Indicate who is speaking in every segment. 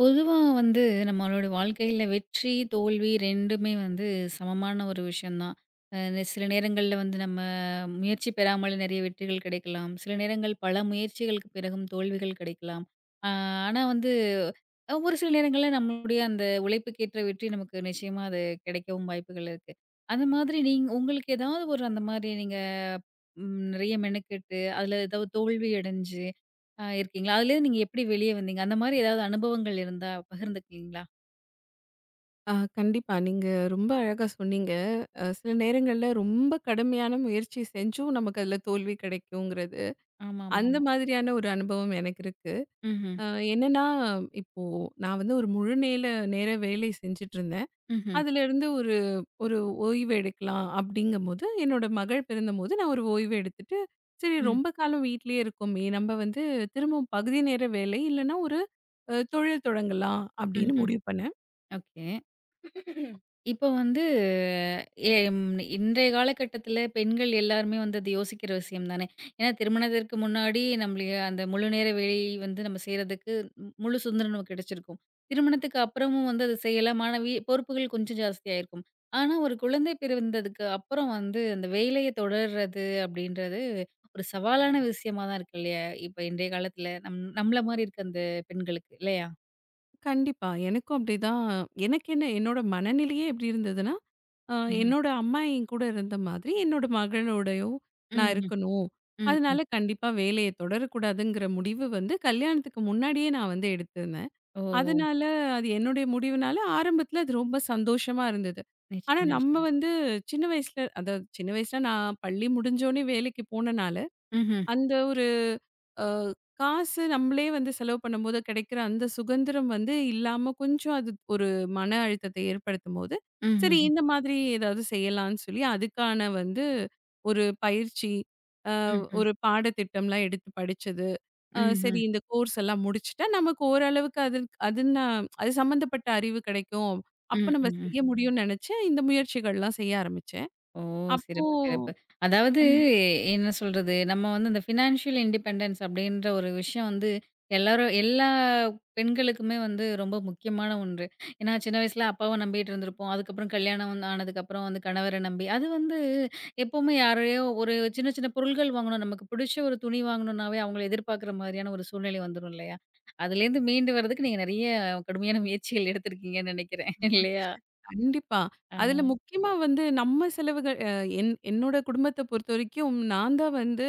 Speaker 1: பொதுவா வந்து நம்மளோட வாழ்க்கையில வெற்றி, தோல்வி 2மே வந்து சமமான ஒரு விஷயம் தான். அ சில நேரங்கள்ல வந்து நம்ம முயற்சி பெறாமலே நெறைய வெற்றிகள் கிடைக்கலாம். சில நேரங்கள் பல முயற்சிகளுக்கு பிறகும் தோல்விகள் கிடைக்கலாம். ஆ ஆனா வந்து ஒரு சில நேரங்கள்ல நம்மளுடைய அந்த உழைப்புக்கேற்ற வெற்றி நமக்கு நிச்சயமா அது கிடைக்கவும் வாய்ப்புகள் இருக்கு. அந்த மாதிரி நீங்க உங்களுக்கு ஏதாவது ஒரு அந்த மாரி நீங்க நெறைய மெனக்கெட்டு, அதுல ஏதாவது தோல்வி அடைஞ்சு இருக்கீங்களா? அதுலேருந்து நீங்க எப்படி வெளிய வந்தீங்க? அந்த மாரி ஏதாவது அனுபவங்கள் இருந்தா பகிர்ந்துக்கிறீங்களா?
Speaker 2: ஆ கண்டிப்பா. நீங்க ரொம்ப அழகா சொன்னீங்க. சில நேரங்கள்ல ரொம்ப கடுமையான முயற்சி செஞ்சும் நமக்கு அதுல தோல்வி கிடைக்குங்கிறது. அந்த
Speaker 1: ஆமாமாமா.
Speaker 2: மாதிரியான ஒரு அனுபவம் எனக்கு இருக்கு.
Speaker 1: ம்ஹ்ம்.
Speaker 2: அ என்னன்னா, இப்போ நான் வந்து ஒரு முழு நேர வேலை செஞ்சுட்டுருந்தேன்.
Speaker 1: ம்ஹ்ம்.
Speaker 2: அதுலருந்து ஒரு ஒரு ஓய்வு எடுக்கலாம் அப்படிங்கும்போது, என்னோட மகள் பிறந்தபோது நான் ஒரு ஓய்வு எடுத்துட்டு, சரி
Speaker 1: ம்.
Speaker 2: ரொம்ப காலம் வீட்லயே இருக்கோமே! நம்ம வந்து திரும்பவும் பகுதி நேர வேலை இல்லன்னா ஒரு தொழில் தொடங்கலாம் அப்படின்னு
Speaker 1: ம்ஹ்ம்.
Speaker 2: முடிவு பண்ணேன்.
Speaker 1: ஓகே. இப்போ வந்து எம் இன்றைய காலகட்டத்தில பெண்கள் எல்லாருமே வந்து அது யோசிக்கிற விஷயம் தானே! ஏன்னா திருமணத்திற்கு முன்னாடி நம்மளுடைய அந்த முழு நேர வேலை வந்து நம்ம செய்றதுக்கு முழு சுதந்திரம் நமக்கு கிடைச்சிருக்கும். திருமணத்துக்கு அப்புறமும் வந்து அது செய்யலாம். ஆனா வீ பொறுப்புகள் கொஞ்சம் ஜாஸ்தியா இருக்கும். ஆனா ஒரு குழந்தை பிறந்ததுக்கு அப்புறம் வந்து அந்த வேலைய தொடர்றது அப்படின்றது ஒரு சவாலான விஷயமா தான் இருக்கு இல்லையா? இப்ப இன்றைய காலத்தில நம்மள மாரி இருக்க அந்த பெண்களுக்கு இல்லையா?
Speaker 2: கண்டிப்பா. எனக்கும் அப்படிதான். எனக்கு என்ன என்னோட மனநிலையே எப்படி இருந்ததுன்னா, அ
Speaker 1: ம்ஹ்ம்.
Speaker 2: என்னோட அம்மா என் கூட இருந்த மாதிரி, என்னோட மகனோடயும் நான்
Speaker 1: ம்ஹ்ம்.
Speaker 2: இருக்கணும்.
Speaker 1: ம்,
Speaker 2: அதனால
Speaker 1: ம்.
Speaker 2: கண்டிப்பா வேலைய தொடரக்கூடாதுங்கிற முடிவு வந்து கல்யாணத்துக்கு முன்னாடியே நான் வந்து எடுத்திருந்தேன்.
Speaker 1: ஓ!
Speaker 2: அதனால அது என்னுடைய முடிவுனால ஆரம்பத்தில அது ரொம்ப சந்தோஷமா இருந்தது. ஆனா
Speaker 1: நிச்சயமா,
Speaker 2: நம்ம
Speaker 1: நிச்சயமா.
Speaker 2: வந்து சின்ன வயசுல அதாவது சின்ன வயசுல நான் பள்ளி முடிஞ்சோனே வேலைக்கு போனனால,
Speaker 1: ம்ஹ்ம்,
Speaker 2: அந்த ஒரு அ காசு நம்மளே வந்து செலவு பண்ணும்போது கிடைக்கிற அந்த சுதந்திரம் வந்து இல்லாம கொஞ்சம் அது ஒரு மன அழுத்தத்தை ஏற்படுத்தும்போது, சரி
Speaker 1: ம்ஹ்ம்,
Speaker 2: இந்த மாதிரி ஏதாவது செய்யலான்னு சொல்லி அதுக்கான வந்து ஒரு பயிற்சி, அ
Speaker 1: ம்ஹ்ம்,
Speaker 2: ஒரு பாடத்திட்டம்லாம் எடுத்து படிச்சது. சரி
Speaker 1: ம்ஹ்ம்,
Speaker 2: இந்த கோர்ஸ் எல்லாம் முடிச்சுட்டா நமக்கு ஓரளவுக்கு அது அதுன்னா அது சம்மந்தப்பட்ட அறிவு கிடைக்கும். அப்ப நம்ம
Speaker 1: ம்ஹ்ம்
Speaker 2: செய்ய முடியும்னு நினைச்சு இந்த முயற்சிகள்லாம் செய்ய ஆரம்பிச்சேன்.
Speaker 1: ஓ!
Speaker 2: அப்போ
Speaker 1: சிறப்பு, சிறப்பு. அதாவது என்ன சொல்றது, நம்ம வந்து இந்த ஃபினான்ஷியல் இண்டிபெண்டன்ஸ் அப்படின்ற ஒரு விஷயம் வந்து எல்லாரும் எல்லா பெண்களுக்குமே வந்து ரொம்ப முக்கியமான ஒன்று. ஏன்னா சின்ன வயசுல அப்பாவ நம்பிட்டு இருந்திருப்போம். அதுக்கப்புறம் கல்யாணம் வந்து ஆனதுக்கப்புறம் வந்து கணவர நம்பி அது வந்து எப்பவுமே யாரையோ ஒரு சின்ன சின்ன பொருள்கள் வாங்கணும், நமக்கு பிடிச்ச ஒரு துணி வாங்கணும்னாவே அவங்கள எதிர்பார்க்குற மாதிரியான ஒரு சூழ்நிலை வந்துரும் இல்லையா? அதுலேருந்து மீண்டு வரதுக்கு நீங்க நெறைய கடுமையான முயற்சிகள் எடுத்திருக்கீங்கன்னு நெனைக்கிறேன் இல்லையா?
Speaker 2: கண்டிப்பா.
Speaker 1: ஆ.
Speaker 2: அதுல முக்கியமா வந்து நம்ம செலவுகள் என்னோட குடும்பத்த பொறுத்தவரைக்கும் நான் தான் வந்து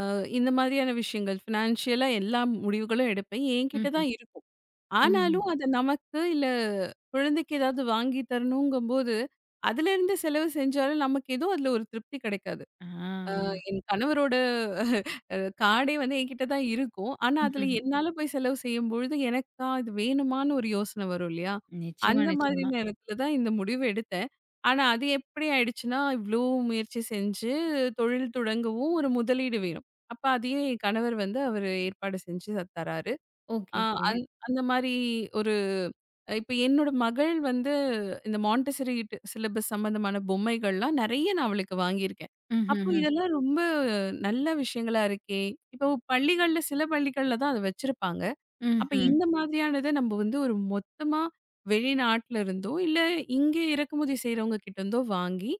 Speaker 2: இந்த மாதிரியான விஷயங்கள் ஃபினான்ஷியலா எல்லா முடிவுகளும் எடுப்பேன். என்கிட்ட
Speaker 1: ம்ஹ்ம்,
Speaker 2: தான் இருக்கும்.
Speaker 1: ம்ஹ்ம்.
Speaker 2: ஆனாலும் அத நமக்கு இல்ல குழந்தைக்கு ஏதாவது வாங்கி தரணுங்கும்போது, அதுலேருந்து செலவு செஞ்சாலும் நமக்கு ஏதோ அதுல ஒரு திருப்தி கிடைக்காது.
Speaker 1: ஆ.
Speaker 2: என் கணவரோட அ கார்டே வந்து என்கிட்ட தான் இருக்கும். ஆனா, அதுல
Speaker 1: ம்ஹ்ம்.
Speaker 2: என்னால போய் செலவு செய்யும்பொழுது, எனக்கா இது வேணுமான்னு ஒரு யோசனை வரும் இல்லையா?
Speaker 1: நிச்சயமா,
Speaker 2: அந்த மாதிரி
Speaker 1: நிச்சயமா.
Speaker 2: நேரத்துல தான் இந்த முடிவு எடுத்தேன். ஆனா, அது எப்படி ஆயிடுச்சுன்னா, இவ்ளோ முயற்சி செஞ்சு தொழில் தொடங்கவும் ஒரு முதலீடு வேணும். அப்ப அதையும் என் கணவர் வந்து அவரு ஏற்பாடு செஞ்சு தராரு.
Speaker 1: ஓகே,
Speaker 2: அ
Speaker 1: ஓகே.
Speaker 2: அந் அந்த மாரி ஒரு இப்ப என்னோட மகள் வந்து இந்த மான்டெசரி சிலபஸ் சம்மந்தமான பொம்மைகள்லாம் நெறைய நான் அவளுக்கு வாங்கியிருக்கேன். அப்போ
Speaker 1: ம்ஹ்ஹ்ம்.
Speaker 2: இதெல்லாம் ரொம்ப நல்ல விஷயங்களா இருக்கே! இப்போ பள்ளிகள்ல சில பள்ளிகள்ல தான் அத வச்சிருப்பாங்க. அப்ப
Speaker 1: ம்ஹ்ம்.
Speaker 2: இந்த மாதிரியானத நம்ம வந்து ஒரு மொத்தமா வெளிநாட்டுல இருந்தோ, இல்ல இங்கே இறக்குமதி செய்றவங்க கிட்ட இருந்தோ வாங்கி,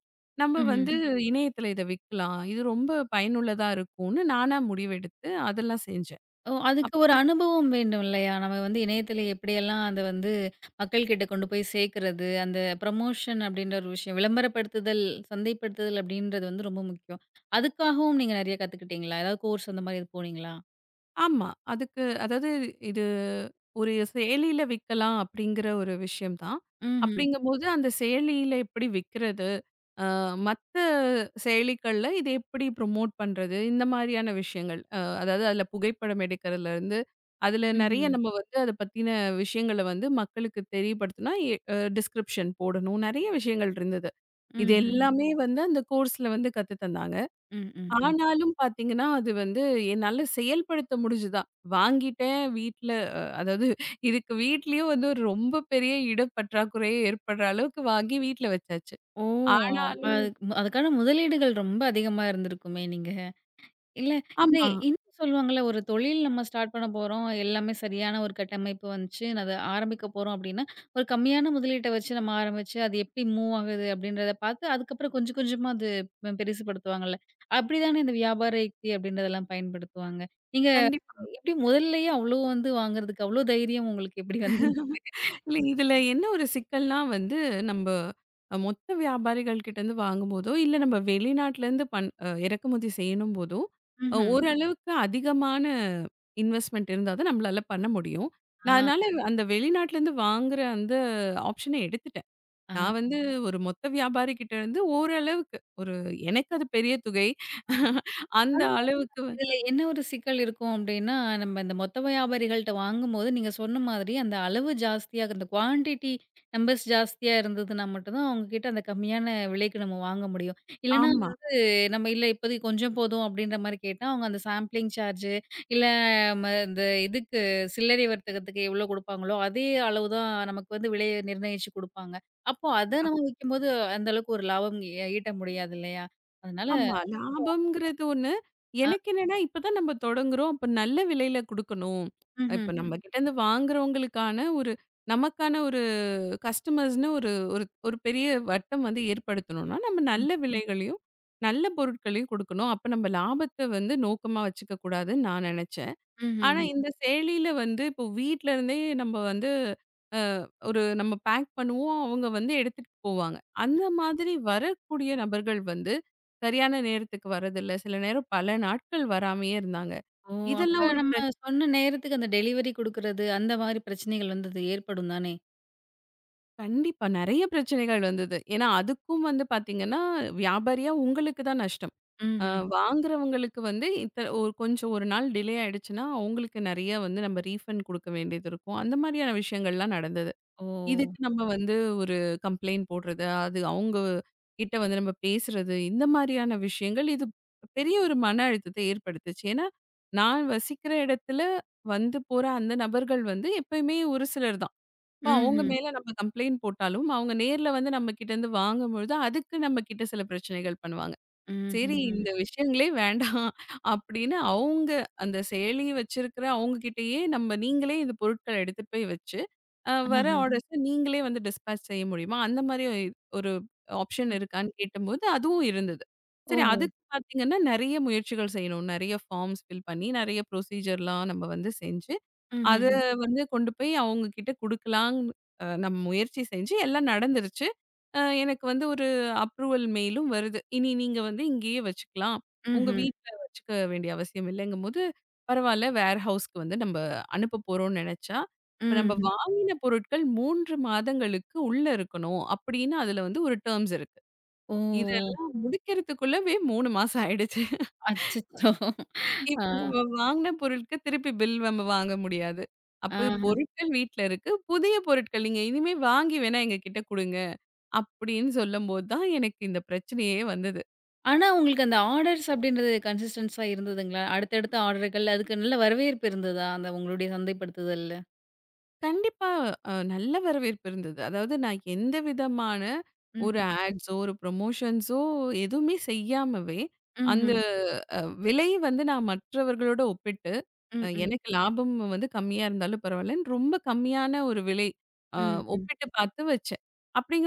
Speaker 2: நம்ம
Speaker 1: ம்ஹ்ம்.
Speaker 2: வந்து இணையத்துல இத விக்கலாம். இது ரொம்ப பயனுள்ளதா இருக்கும்னு நானா முடிவெடுத்து அதெல்லாம் செஞ்சேன்.
Speaker 1: ஓ! அதுக்கு ஒரு அனுபவம் வேண்டும் இல்லையா? நம்ம வந்து இணையத்தில எப்படியெல்லாம் அத வந்து மக்கள்கிட்ட கொண்டு போய் சேர்க்கிறது, அந்த ப்ரமோஷன் அப்படின்ற ஒரு விஷயம், விளம்பரப்படுத்துதல், சந்தைப்படுத்துதல் அப்படின்றது வந்து ரொம்ப முக்கியம். அதுக்காகவும் நீங்க நெறைய கத்துக்கிட்டீங்களா? ஏதாவது கோர்ஸ் அந்த மாரி எதுவும் போனீங்களா?
Speaker 2: ஆமா. அதுக்கு அதாவது இது ஒரு செயலியில விக்கலாம் அப்படிங்கிற ஒரு விஷயம் தான்.
Speaker 1: ம்ஹ்ம்.
Speaker 2: அப்படிங்கும்போது அந்த செயலியில எப்படி விக்கிறது? அ மத்த செயலிகள்ல இத எப்படி ப்ரமோட் பண்றது? இந்த மாரியான விஷயங்கள். அதாவது அதில புகைப்படம் எடுக்கிறதுலருந்து, அதில நெறைய
Speaker 1: ம்ஹ்ம்.
Speaker 2: நம்ம வந்து அத பத்தின விஷயங்கள வந்து மக்களுக்கு தெரியப்படுத்துனா, எ அ டிஸ்கிரிப்ஷன் போடணும். நெறைய விஷயங்கள் இருந்தது. இது
Speaker 1: ம்ஹ்ஹ்ம்.
Speaker 2: எல்லாமே வந்து அந்த கோர்ஸ்ல வந்து கத்து தந்தாங்க.
Speaker 1: ம், ம், ம்.
Speaker 2: ஆனாலும் பார்த்தீங்கன்னா, அது வந்து என்னால செயல்படுத்த முடிஞ்சுதான். வாங்கிட்டேன் வீட்ல அதாவது இதுக்கு வீட்லயும் வந்து ஒரு ரொம்ப பெரிய இடப்பற்றாக்குறையே ஏற்படுற அளவுக்கு வாங்கி வீட்ல வச்சாச்சு.
Speaker 1: ஓ! அப்ப
Speaker 2: ஆனாலும்
Speaker 1: அதுக்கான முதலீடுகள் ரொம்ப அதிகமா இருந்திருக்குமே நீங்க? இல்ல. இது
Speaker 2: ஆமா.
Speaker 1: இன்னும் சொல்லுவாங்கல்ல, ஒரு தொழில் நம்ம ஸ்டார்ட் பண்ண போறோம். எல்லாமே சரியான ஒரு கட்டமைப்பு வந்துச்சு. அத ஆரம்பிக்க போறோம் அப்டின்னா, ஒரு கம்மியான முதலீட்ட வச்சு நம்ம ஆரம்பிச்சு, அது எப்டி மூவ் ஆகுது அப்டின்றத பார்த்து, அதுக்கப்புறம் கொஞ்சம் கொஞ்சமா அது பெருசுபடுத்துவாங்கல்ல. அப்டிதானே இந்த வியாபார யுக்தி அப்டின்றதெல்லாம் பயன்படுத்துவாங்க. நீங்க
Speaker 2: கண்டிப்பா.
Speaker 1: எப்டி முதல்லயே அவ்ளோ வந்து வாங்குறதுக்கு அவ்ளோ தைரியம் உங்களுக்கு எப்டி வந்தது?
Speaker 2: இல்ல இதுல என்ன ஒரு சிக்கல்னா வந்து, நம்ப மொத்த வியாபாரிகள் கிட்டேருந்து வாங்கும்போதோ, இல்ல நம்ம வெளிநாட்டிலேருந்து பண் அ இறக்குமதி செய்யணும் போதோ,
Speaker 1: ம்ஹ்ம்.
Speaker 2: ஓரளவுக்கு அதிகமான இன்வெஸ்ட்மென்ட் இருந்தா தான் நம்மளால பண்ண முடியும்.
Speaker 1: ஆ,
Speaker 2: நான் அதனால அந்த வெளிநாட்டிலேருந்து வாங்குற அந்த ஆப்ஷன எடுத்துட்டேன்.
Speaker 1: ஆ.
Speaker 2: நான் வந்து ஒரு மொத்த வியாபாரி கிட்டேருந்து ஓரளவுக்கு, ஒரு எனக்கு அது பெரிய தொகை. அந்த அளவுக்கு வந்
Speaker 1: இதுல என்ன ஒரு சிக்கல் இருக்கும் அப்படின்னா, நம்ம இந்த மொத்த வியாபாரிகள்ட்ட வாங்கும்போது, நீங்க சொன்ன மாதிரி அந்த அளவு ஜாஸ்தியா அந்த குவான்டிட்டி நம்பர்ஸ் ஜாஸ்தியா இருந்ததுன்னா மட்டும் தான் அவங்ககிட்ட அந்த கம்மியான விலைக்கு நம்ம வாங்க முடியும். இல்லன்னா
Speaker 2: ஆமா.
Speaker 1: அது நம்ம இல்ல இப்போதைக்கு கொஞ்சம் போதும் அப்படின்ற மாரி கேட்டா, அவங்க அந்த சாம்பிளிங் சார்ஜ் இல்ல இந்த இதுக்கு சில்லறை வர்த்தகத்துக்கு எவ்வளோ குடுப்பாங்களோ, அதே அளவு தான் நமக்கு வந்து விலைய நிர்ணயிச்சு குடுப்பாங்க. அப்போ அத நம்ம விக்கும்போது அந்த அளவுக்கு ஒரு லாபம் ஈட்ட முடியாது இல்லையா? அதனால
Speaker 2: ஆமா. லாபம்ங்கிறது ஒண்ணு.
Speaker 1: ம்.
Speaker 2: எனக்கு என்னன்னா, இப்ப தான் நம்ம தொடங்குறோம். அப்ப நல்ல விலையில குடுக்கணும். இப்ப
Speaker 1: ம்ஹ்ம்.
Speaker 2: நம்ம கிட்ட இருந்து வாங்குறவங்களுக்கான ஒரு நமக்கான ஒரு கஸ்டமர்ஸ்ன்னு ஒரு ஒரு ஒரு பெரிய வட்டம் வந்து ஏற்படுத்தணும்னா, நம்ம
Speaker 1: ம்.
Speaker 2: நல்ல விலைகளையும், நல்ல பொருட்களையும் குடுக்கணும். அப்ப நம்ம லாபத்த வந்து நோக்கமா வச்சுக்க கூடாதுன்னு நான் நெனச்சேன். ஆனா
Speaker 1: ம்ஹ்ம்.
Speaker 2: இந்த செயலியில வந்து இப்போ வீட்ல இருந்தே நம்ம வந்து அ ஒரு நம்ம பேக் பண்ணுவோம். அவங்க வந்து எடுத்துட்டு போவாங்க. அந்த மாதிரி வரக்கூடிய நபர்கள் வந்து சரியான நேரத்துக்கு வரதில்ல. சில நேரம் பல நாட்கள் வராமயே இருந்தாங்க.
Speaker 1: ஓ!
Speaker 2: இதெல்லாம்
Speaker 1: அப்ப
Speaker 2: ம். ஒரு
Speaker 1: நம்ம
Speaker 2: பிரச்
Speaker 1: சொன்ன நேரத்துக்கு அந்த டெலிவரி குடுக்குறது, அந்த மாரி பிரச்சனைகள் வந்து அது ஏற்படும் தானே?
Speaker 2: கண்டிப்பா நெறைய பிரச்சனைகள் வந்தது. ஏன்னா அதுக்கும் வந்து பார்த்தீங்கன்னா, வியாபாரியா உங்களுக்கு தான் நஷ்டம். அ
Speaker 1: ம்ஹ்ம்.
Speaker 2: வாங்குறவங்களுக்கு வந்து இத்த ஒரு கொஞ்சம் ஒரு நாள் டிலே ஆயிடுச்சுன்னா, அவங்களுக்கு நெறைய வந்து நம்ம ரீஃபண்ட் குடுக்க வேண்டியது இருக்கும். அந்த மாதிரியான விஷயங்கள்லாம் நடந்தது.
Speaker 1: ஓ!
Speaker 2: இதுக்கு நம்ம வந்து ஒரு கம்ப்ளைண்ட் போடுறது, அது அவங்க கிட்ட வந்து நம்ம பேசுறது, இந்த மாரியான விஷயங்கள் இது பெரிய ஒரு மன அழுத்தத்த ஏற்படுத்துச்சு. ஏன்னா, நான் வசிக்கிற இடத்துல வந்து போற அந்த நபர்கள் வந்து எப்பயுமே ஒரு சிலர் தான். அப்ப அவங்க
Speaker 1: ம்ஹ்ம்.
Speaker 2: மேல நம்ம கம்ப்ளைண்ட் போட்டாலும், அவங்க நேர்ல வந்து நம்ம கிட்ட இருந்து வாங்கும்பொழுது, அதுக்கு நம்ம கிட்ட சில பிரச்சனைகள் பண்ணுவாங்க. சரி
Speaker 1: ம்ஹ்ஹ்ம்.
Speaker 2: இந்த விஷயங்களே வேண்டாம் அப்படின்னு அவங்க அந்த செயலி வச்சிருக்கிற அவங்க கிட்டயே நம்ம நீங்களே இந்த பொருட்கள எடுத்துட்டு போய் வச்சு, அ வர
Speaker 1: ஆஹா.
Speaker 2: ம். ஆர்டர்ஸ நீங்களே வந்து டிஸ்பேட்ச் செய்ய முடியுமா? அந்த மாரி ஒரு ஆப்ஷன் இருக்கான்னு கேட்டபோது அதுவும் இருந்தது. சரி
Speaker 1: ஓஹோ!
Speaker 2: அதுக்கு பார்த்தீங்கன்னா, நெறைய முயற்சிகள் செய்யணும். நெறைய ஃபார்ம்ஸ் ஃபில் பண்ணி, நெறைய ப்ரொசீஜர்லாம் நம்ம வந்து செஞ்சு அது
Speaker 1: ம்ஹ்ஹ்ம்.
Speaker 2: வந்து கொண்டு போய் அவங்க கிட்ட குடுக்கலாம்னு நம்ம முயற்சி செஞ்சு எல்லாம் நடந்துருச்சு. எனக்கு வந்து ஒரு அப்ரூவல் மெயிலும் வருது. இனி நீங்க வந்து இங்கேயே வச்சுக்கலாம்.
Speaker 1: ம்.
Speaker 2: உங்க
Speaker 1: ம்ஹ்ம்.
Speaker 2: வீட்ல வச்சுக்க வேண்டிய அவசியம் இல்லைங்கும்போது, பரவால்ல வேர் ஹவுஸ்க்கு வந்து நம்ம அனுப்ப போறோம்னு நெனச்சா, இப்ப நம்ம
Speaker 1: ம்ஹ்ம்.
Speaker 2: வாங்கின பொருட்கள் 3 மாதங்களுக்கு உள்ள இருக்கணும். அப்படின்னு அதுல வந்து ஒரு டெர்ம்ஸ் இருக்கு.
Speaker 1: ஓ!
Speaker 2: இதெல்லாம் முடிக்கிறதுக்குள்ளவே 3 மாசம் ஆயிடுச்சு.
Speaker 1: அச்சச்சோ! ஆ.
Speaker 2: இப்ப நம்ம வாங்குன பொருளுக்கு திருப்பி பில் நம்ம வாங்க முடியாது. அப்ப
Speaker 1: ஆஹா.
Speaker 2: பொருட்கள் வீட்ல இருக்கு. புதிய பொருட்கள் நீங்க இனிமே வாங்கி வேணா எங்ககிட்ட குடுங்க. அப்படின்னு சொல்லும்போது தான் எனக்கு இந்த பிரச்சனையே வந்தது.
Speaker 1: ஆனா உங்களுக்கு அந்த ஆர்டர்ஸ் அப்படின்றது கன்சிஸ்டன்ஸா இருந்ததுங்களா? அடுத்தடுத்த ஆர்டர்கள் அதுக்கு நல்ல வரவேற்பு இருந்ததா? அந்த உங்களுடைய சந்தைப்படுத்துதல்ல?
Speaker 2: கண்டிப்பா. நல்ல வரவேற்பு இருந்தது. அதாவது நான் எந்த விதமான ஒரு
Speaker 1: ம்ஹ்ம்.
Speaker 2: ஆட்ஸோ, ஒரு ப்ரமோஷன்ஸோ எதுவுமே செய்யாமவே, அந்த
Speaker 1: ம்ஹ்ம்.
Speaker 2: ம். அ விலை வந்து நான் மற்றவர்களோட ஒப்பிட்டு,
Speaker 1: ம்ஹ்ம்.
Speaker 2: எனக்கு லாபம் வந்து கம்மியா இருந்தாலும் பரவாயில்லன்னு ரொம்ப கம்மியான ஒரு விலை அ
Speaker 1: ம்ஹ்ம்.
Speaker 2: ஒப்பிட்டு பார்த்து வச்சேன்.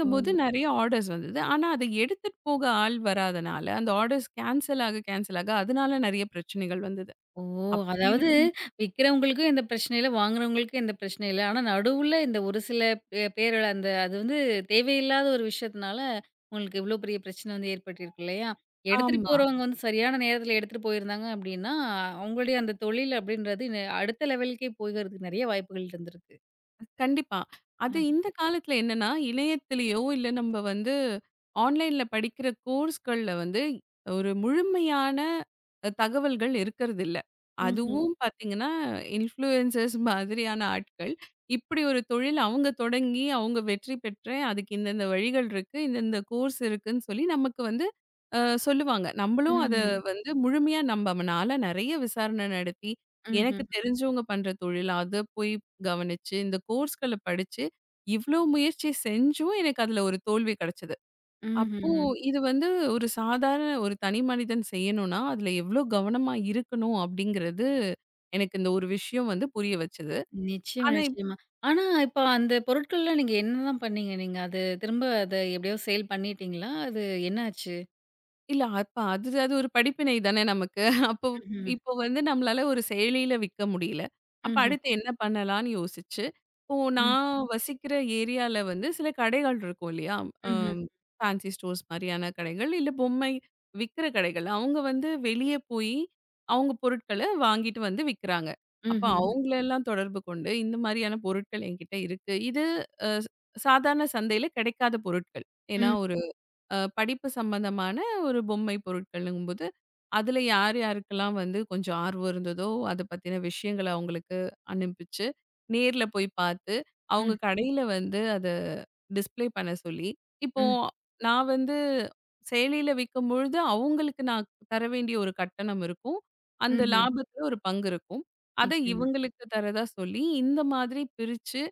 Speaker 1: ஓ!
Speaker 2: நெறைய ஆர்டர்ஸ் வந்தது. ஆனா, அத எடுத்துட்டு போக ஆள் வராதனால, அந்த ஆர்டர்ஸ் கேன்சல் ஆக அதனால நெறைய பிரச்சனைகள் வந்தது.
Speaker 1: ஓ!
Speaker 2: அப்படி
Speaker 1: அதாவது
Speaker 2: இருக்கும்
Speaker 1: விக்கிறவங்களுக்கும் எந்த பிரச்சனையும் இல்ல, வாங்குறவங்களுக்கும் எந்த பிரச்சனையும் இல்ல. ஆனா நடுவுல இந்த ஒரு சில பேர் அந்த அது வந்து தேவையில்லாத ஒரு விஷயத்தினால, உங்களுக்கு இவ்ளோ பெரிய பிரச்சனை வந்து ஏற்பட்டிருக்கு இல்லையா? எடுத்துட்டு
Speaker 2: ஆமா.
Speaker 1: போறவங்க வந்து சரியான நேரத்தில எடுத்துட்டு போயிருந்தாங்க அப்டின்னா, அவங்களுடைய அந்த தொழில் அப்டின்றது அடுத்த லெவலுக்கே போகறதுக்கு நெறைய வாய்ப்புகள் இருந்திருக்கு.
Speaker 2: கண்டிப்பா. அது
Speaker 1: ஆஹ.
Speaker 2: இந்த காலத்துல என்னன்னா, இணையத்திலயோ இல்ல நம்ம வந்து ஆன்லைன்ல படிக்கிற கோர்ஸ்கள்ல வந்து ஒரு முழுமையான தகவல்கள் இருக்கறதில்ல.
Speaker 1: ம்ஹ்ம்.
Speaker 2: அதுவும் பார்த்தீங்கன்னா, இன்ஃப்ளூயன்சர்ஸ் மாதிரியான ஆட்கள், இப்படி ஒரு தொழில் அவங்க தொடங்கி, அவங்க வெற்றி பெற்றேன். அதுக்கு இந்தந்த வழிகள் இருக்கு. இந்தந்த கோர்ஸ் இருக்குன்னு சொல்லி நமக்கு வந்து அ சொல்லுவாங்க. நம்மளும் அத
Speaker 1: ம்ஹ்ம்.
Speaker 2: வந்து முழுமையா நம்பமனால நெறைய விசாரணை நடத்தி,
Speaker 1: ம்ஹ்ம்.
Speaker 2: எனக்கு தெரிஞ்சவங்க பண்ற தொழில். அத போய் கவனிச்சு, இந்த கோர்ஸ்கள படிச்சு, இவ்ளோ முயற்சி செஞ்சும் எனக்கு அதுல ஒரு தோல்வி கிடைச்சது. அப்போ
Speaker 1: ம்ஹ்ம்.
Speaker 2: இது வந்து ஒரு சாதாரண ஒரு தனி மனிதன் செய்யணும்னா, அதுல எவ்ளோ கவனமா இருக்கணும் அப்படிங்கிறது எனக்கு இந்த ஒரு விஷயம் வந்து புரிய வச்சது.
Speaker 1: நிச்சயமா,
Speaker 2: ஆனா
Speaker 1: நிச்சயமா. ஆனா, இப்ப அந்த பொருட்கள்லாம் நீங்க என்னதான் பண்ணீங்க? நீங்க அது திரும்ப அத எப்படியோ சேல் பண்ணிட்டீங்களா? அது என்ன ஆச்சு?
Speaker 2: இல்ல. அப்ப அது அது ஒரு படிப்பினை தானே நமக்கு. அப்போ
Speaker 1: ம்ஹ்ம்.
Speaker 2: இப்போ வந்து நம்மளால ஒரு செயலியில விக்க முடியல. அப்ப
Speaker 1: ம்ஹ்ம்.
Speaker 2: அடுத்து என்ன பண்ணலான்னு யோசிச்சு, இப்போ
Speaker 1: ம்.
Speaker 2: நான் வசிக்கிற ஏரியால வந்து சில கடைகள் இருக்கும் இல்லையா?
Speaker 1: ம்ஹ்ம்.
Speaker 2: அம் ஃபேன்சி ஸ்டோர்ஸ் மாரியான கடைகள், இல்ல பொம்மை விக்கிற கடைகள். அவங்க வந்து வெளிய போய் அவங்க பொருட்கள வாங்கிட்டு வந்து விக்கிறாங்க. அப்ப
Speaker 1: ம்ஹ்ம்.
Speaker 2: அவங்களலாம் தொடர்பு கொண்டு, இந்த மாரியான பொருட்கள் என்கிட்ட இருக்கு. இது அ சாதாரண சந்தையில கிடைக்காத பொருட்கள். ஏன்னா
Speaker 1: ம்.
Speaker 2: ஒரு படிப்பு சம்பந்தமான ஒரு பொம்மை பொருட்கள்ங்கும்போது, அதில யார் யாருக்கெல்லாம் வந்து கொஞ்சம் ஆர்வம் இருந்ததோ, அத பத்தின விஷயங்கள அவங்களுக்கு அனுப்பிச்சு, நேர்ல போய் பார்த்து, அவங்க
Speaker 1: ம்.
Speaker 2: கடையில வந்து அத டிஸ்ப்ளே பண்ண சொல்லி, இப்போ
Speaker 1: ம்.
Speaker 2: நான் வந்து செயலியில விக்கும்பொழுது, அவங்களுக்கு நான் தர வேண்டிய ஒரு கட்டணம் இருக்கும். அந்த
Speaker 1: ம்ஹ்ம்.
Speaker 2: லாபத்தில ஒரு பங்கு இருக்கும். அத
Speaker 1: நிச்சயமா.
Speaker 2: இவங்களுக்கு தரதா சொல்லி, இந்த மாதிரி பிரிச்சு,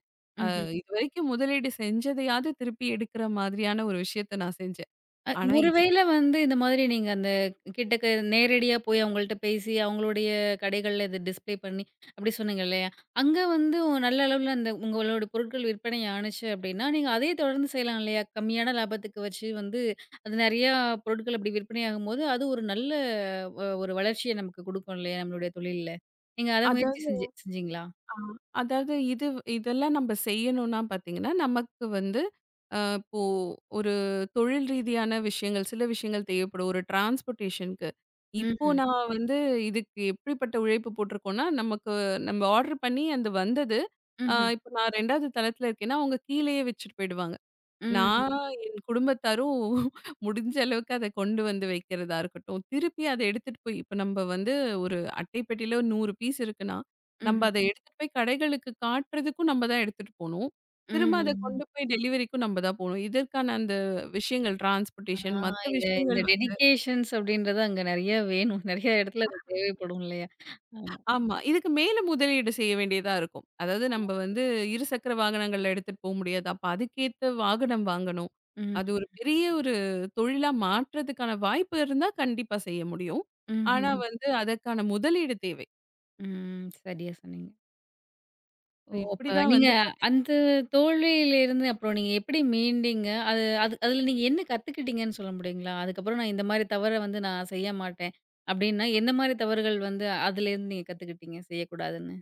Speaker 2: அ
Speaker 1: ம்ஹ்ம்.
Speaker 2: இதுவரைக்கும் முதலீடு செஞ்சதையாவது திருப்பி எடுக்கிற மாதிரியான ஒரு விஷயத்த நான் செஞ்சேன்.
Speaker 1: அ
Speaker 2: ஆனா இது
Speaker 1: ஒருவேள வந்து இந்த மாதிரி நீங்க அந்த கிட்டக்க நேரடியா போய் அவங்கள்ட்ட பேசி, அவங்களுடைய கடைகள்ல இத டிஸ்ப்ளே பண்ணி அப்படி சொன்னீங்க இல்லையா? அங்க வந்து நல்ல அளவுல அந்த உங்களோட பொருட்கள் விற்பனை ஆனுச்சு அப்படின்னா, நீங்க அதே தொடர்ந்து செய்யலாம் இல்லையா? கம்மியான லாபத்துக்கு வச்சு வந்து அது நெறையா பொருட்கள் அப்படி விற்பனையாகும்போது, அது ஒரு நல்ல ஒரு வளர்ச்சிய நமக்கு குடுக்கும் இல்லையா? நம்மளுடைய தொழில்ல. நீங்க அத முயற்சி
Speaker 2: அதாவது
Speaker 1: செஞ்சு செஞ்சீங்களா?
Speaker 2: ஆ அதாவது இது இதெல்லாம் நம்ம செய்யணும்னா பார்த்தீங்கன்னா, நமக்கு வந்து இப்போ ஒரு தொழில் ரீதியான விஷயங்கள், சில விஷயங்கள் தேவைப்படும். ஒரு டிரான்ஸ்போர்ட்டேஷனுக்கு இப்போ
Speaker 1: ம்ஹ்ம்.
Speaker 2: நான் வந்து இதுக்கு எப்படிப்பட்ட உழைப்பு போட்டிருக்கோம்னா, நமக்கு நம்ம ஆர்டர் பண்ணி அது வந்தது.
Speaker 1: ம்ஹ்ம்.
Speaker 2: இப்போ நான் 2வது தளத்தில இருக்கேன்னா, அவங்க கீழேயே வச்சுட்டு போயிடுவாங்க.
Speaker 1: ம்.
Speaker 2: நான் என் குடும்பத்தாரும் முடிஞ்ச அளவுக்கு அத கொண்டு வந்து வைக்கிறதா இருக்கட்டும். திருப்பி அத எடுத்துட்டு போய் இப்ப நம்ப வந்து ஒரு அட்டை பெட்டியில 100 பீஸ் இருக்குன்னா, நம்ப
Speaker 1: ம்ஹ்ம்.
Speaker 2: அத எடுத்துட்டு போய் கடைகளுக்கு காட்டுறதுக்கும் நம்ப தான் எடுத்துட்டு போணும். திரும்ப
Speaker 1: ம்ஹ்ம்.
Speaker 2: அத
Speaker 1: ம்ஹ்ம்.
Speaker 2: கொண்டு போய் டெலிவரிக்கும் நம்ப தான் போணும். இதற்கான அந்த விஷயங்கள்
Speaker 1: ஆ
Speaker 2: டிரான்ஸ்போர்டேஷன் மத்த
Speaker 1: இந்த இந்த
Speaker 2: விஷயங்கள்
Speaker 1: டெடிகேஷன்ஸ் அப்படின்றது அங்க நெறைய வேணும். நெறைய இடத்துல அது தேவைப்படும் இல்லையா? ஆமா.
Speaker 2: ஆமா. இதுக்கு மேல முதலீடு செய்ய வேண்டியதா இருக்கும். அதாவது நம்ம வந்து இருசக்கர வாகனங்கள்ல எடுத்துட்டு போ முடியாது. அப்ப அதுக்கேத்த வாகனம் வாங்கணும்.
Speaker 1: ம்.
Speaker 2: அது ஒரு பெரிய ஒரு தொழிலா மாற்றதுக்கான வாய்ப்பு இருந்தா கண்டிப்பா செய்ய முடியும். ஆனா
Speaker 1: ம்ஹ்ஹ்ம்.
Speaker 2: வந்து அதற்கான முதலீடு தேவை.
Speaker 1: ம். ம். சரியா சொன்னீங்க. ஓ!
Speaker 2: இப்ப
Speaker 1: அப்ப
Speaker 2: இப்படிதான்
Speaker 1: நீங்க
Speaker 2: வந்து
Speaker 1: அந்த தோல்வியிலிருந்து அப்புறம் நீங்க எப்படி மீண்டீங்க? அது அது அதுல நீங்க என்ன கத்துக்கிட்டீங்கன்னு சொல்ல முடியுங்களா? அதுக்கப்புறம் நான் இந்த மாரி தவற வந்து நான் செய்ய மாட்டேன். அப்படின்னா எந்த மாரி தவறுகள் வந்து அதுலேருந்து நீங்க கத்துக்கிட்டீங்க செய்யக்கூடாதுன்னு?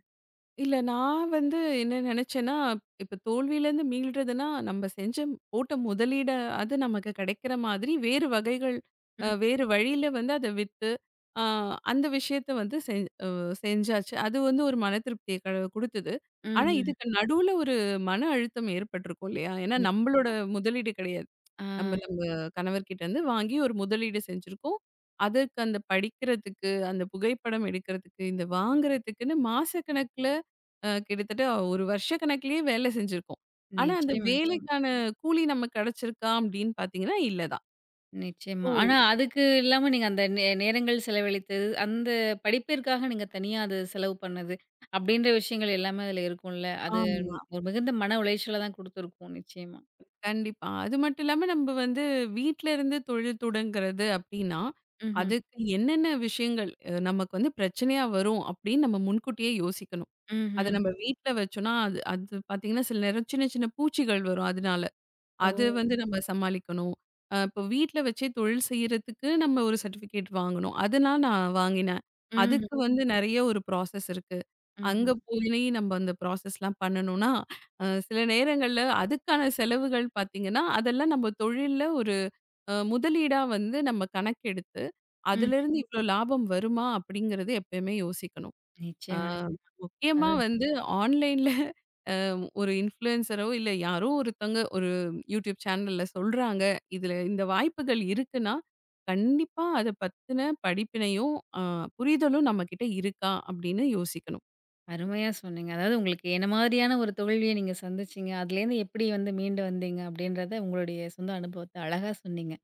Speaker 2: இல்ல நான் வந்து என்ன நினைச்சேன்னா, இப்ப தோல்வியிலேருந்து மீள்றதுன்னா, நம்ம செஞ்ச போட்ட முதலீட அது நமக்கு கிடைக்கிற மாதிரி வேறு வகைகள்
Speaker 1: ம்.
Speaker 2: வேறு வழியில வந்து அத வித்து, அ அந்த விஷயத்த வந்து செஞ்சாச்சு. அது வந்து ஒரு மன திருப்திய குடுத்தது. ஆனா,
Speaker 1: ம்ஹ்ம்.
Speaker 2: இதுக்கு நடுவுல ஒரு மன அழுத்தம் ஏற்பட்டிருக்கும் இல்லையா? ஏன்னா, நம்மளோட முதலீடு கிடையாது.
Speaker 1: ஆ
Speaker 2: நம்ம நம்ம கணவர்கிட்டருந்து வாங்கி ஒரு முதலீடு செஞ்சிருக்கோம். அதற்கு அந்த படிக்கிறதுக்கு, அந்த புகைப்படம் எடுக்கிறதுக்கு, இந்த வாங்குறதுக்குன்னு மாசக்கணக்குல கிட்டத்தட்ட ஒரு வருஷ கணக்கிலேயே வேலை செஞ்சிருக்கோம். ஆனா, அந்த
Speaker 1: நிச்சயமா, நிச்சயமா.
Speaker 2: வேலைக்கான கூலி நமக்கு கிடைச்சிருக்கா அப்படின்னு பார்த்தீங்கன்னா, இல்ல தான்.
Speaker 1: நிச்சயமா.
Speaker 2: ஓ!
Speaker 1: ஆனா அதுக்கு இல்லாம நீங்க அந்த நேரங்கள் செலவழித்தது, அந்த படிப்பிற்காக நீங்க தனியா அது செலவு பண்ணது, அப்படின்ற விஷயங்கள் எல்லாமே அதுல இருக்கும்ல. அது
Speaker 2: ஆமா.
Speaker 1: ஒரு மிகுந்த மன உளைச்சல தான் குடுத்துருக்கும் நிச்சயமா.
Speaker 2: கண்டிப்பா. அது மட்டும் இல்லாம நம்ம வந்து வீட்ல இருந்து தொழில் தொடங்குறது அப்படின்னா,
Speaker 1: ம்ஹ்ம்.
Speaker 2: அதுக்கு என்னென்ன விஷயங்கள் நமக்கு வந்து பிரச்சனையா வரும் அப்படின்னு நம்ம முன்கூட்டியே யோசிக்கணும். அத நம்ம
Speaker 1: ம்ஹ்ம்.
Speaker 2: வீட்ல வச்சோம்னா, அது அது பார்த்தீங்கன்னா, சில நேரம் சின்ன சின்ன பூச்சிகள் வரும் அதனால.
Speaker 1: ஓ!
Speaker 2: அது வந்து நம்ம சமாளிக்கணும். இப்போ வீட்ல வச்சே தொழில் செய்றதுக்கு நம்ம ஒரு சர்டிஃபிகேட் வாங்கணும். அதெல்லாம் நான் வாங்கினேன்.
Speaker 1: ம்ஹ்ம்.
Speaker 2: அதுக்கு வந்து நெறைய ஒரு ப்ராசஸ் இருக்கு.
Speaker 1: ம்ஹ்ம்.
Speaker 2: அங்க போய் நம்ம அந்த ப்ராசஸ்லாம் பண்ணணும்னா, சில நேரங்கள்ல அதுக்கான செலவுகள் பார்த்தீங்கன்னா, அதெல்லாம் நம்ம தொழில்ல ஒரு முதலீடா வந்து நம்ம கணக்கெடுத்து,
Speaker 1: ம்ஹ்ம்.
Speaker 2: அதுலேருந்து இவ்ளோ லாபம் வருமா? அப்படிங்கிறது எப்பயுமே யோசிக்கணும். ஆ
Speaker 1: நிச்சயமா, நிச்சயமா.
Speaker 2: முக்கியமா
Speaker 1: அது
Speaker 2: வந்து ஆன்லைன்ல ஒரு இன்ஃப்ளூயன்சரோ, இல்ல யாரோ ஒருத்தவங்க ஒரு யூடியூப் சேனல்ல சொல்றாங்க. இதுல இந்த வாய்ப்புகள் இருக்குன்னா, கண்டிப்பா அத பத்தின படிப்பினையும், அ புரிதலும் நம்மகிட்ட இருக்கா அப்படின்னு யோசிக்கணும்.
Speaker 1: அருமையா சொன்னீங்க. அதாவது உங்களுக்கு என்ன மாதிரியான ஒரு தோல்விய நீங்க சந்திச்சீங்க, அதுலேருந்து எப்படி வந்து மீண்டு வந்தீங்க அப்படின்றத உங்களுடைய சொந்த அனுபவத்த அழகா சொன்னீங்க.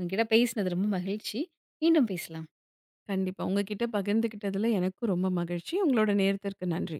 Speaker 1: உங்ககிட்ட பேசினது ரொம்ப மகிழ்ச்சி. மீண்டும் பேசலாம்.
Speaker 2: கண்டிப்பா. உங்ககிட்ட பகிர்ந்துகிட்டதுல எனக்கும் ரொம்ப மகிழ்ச்சி. உங்களோட நேரத்திற்கு நன்றி.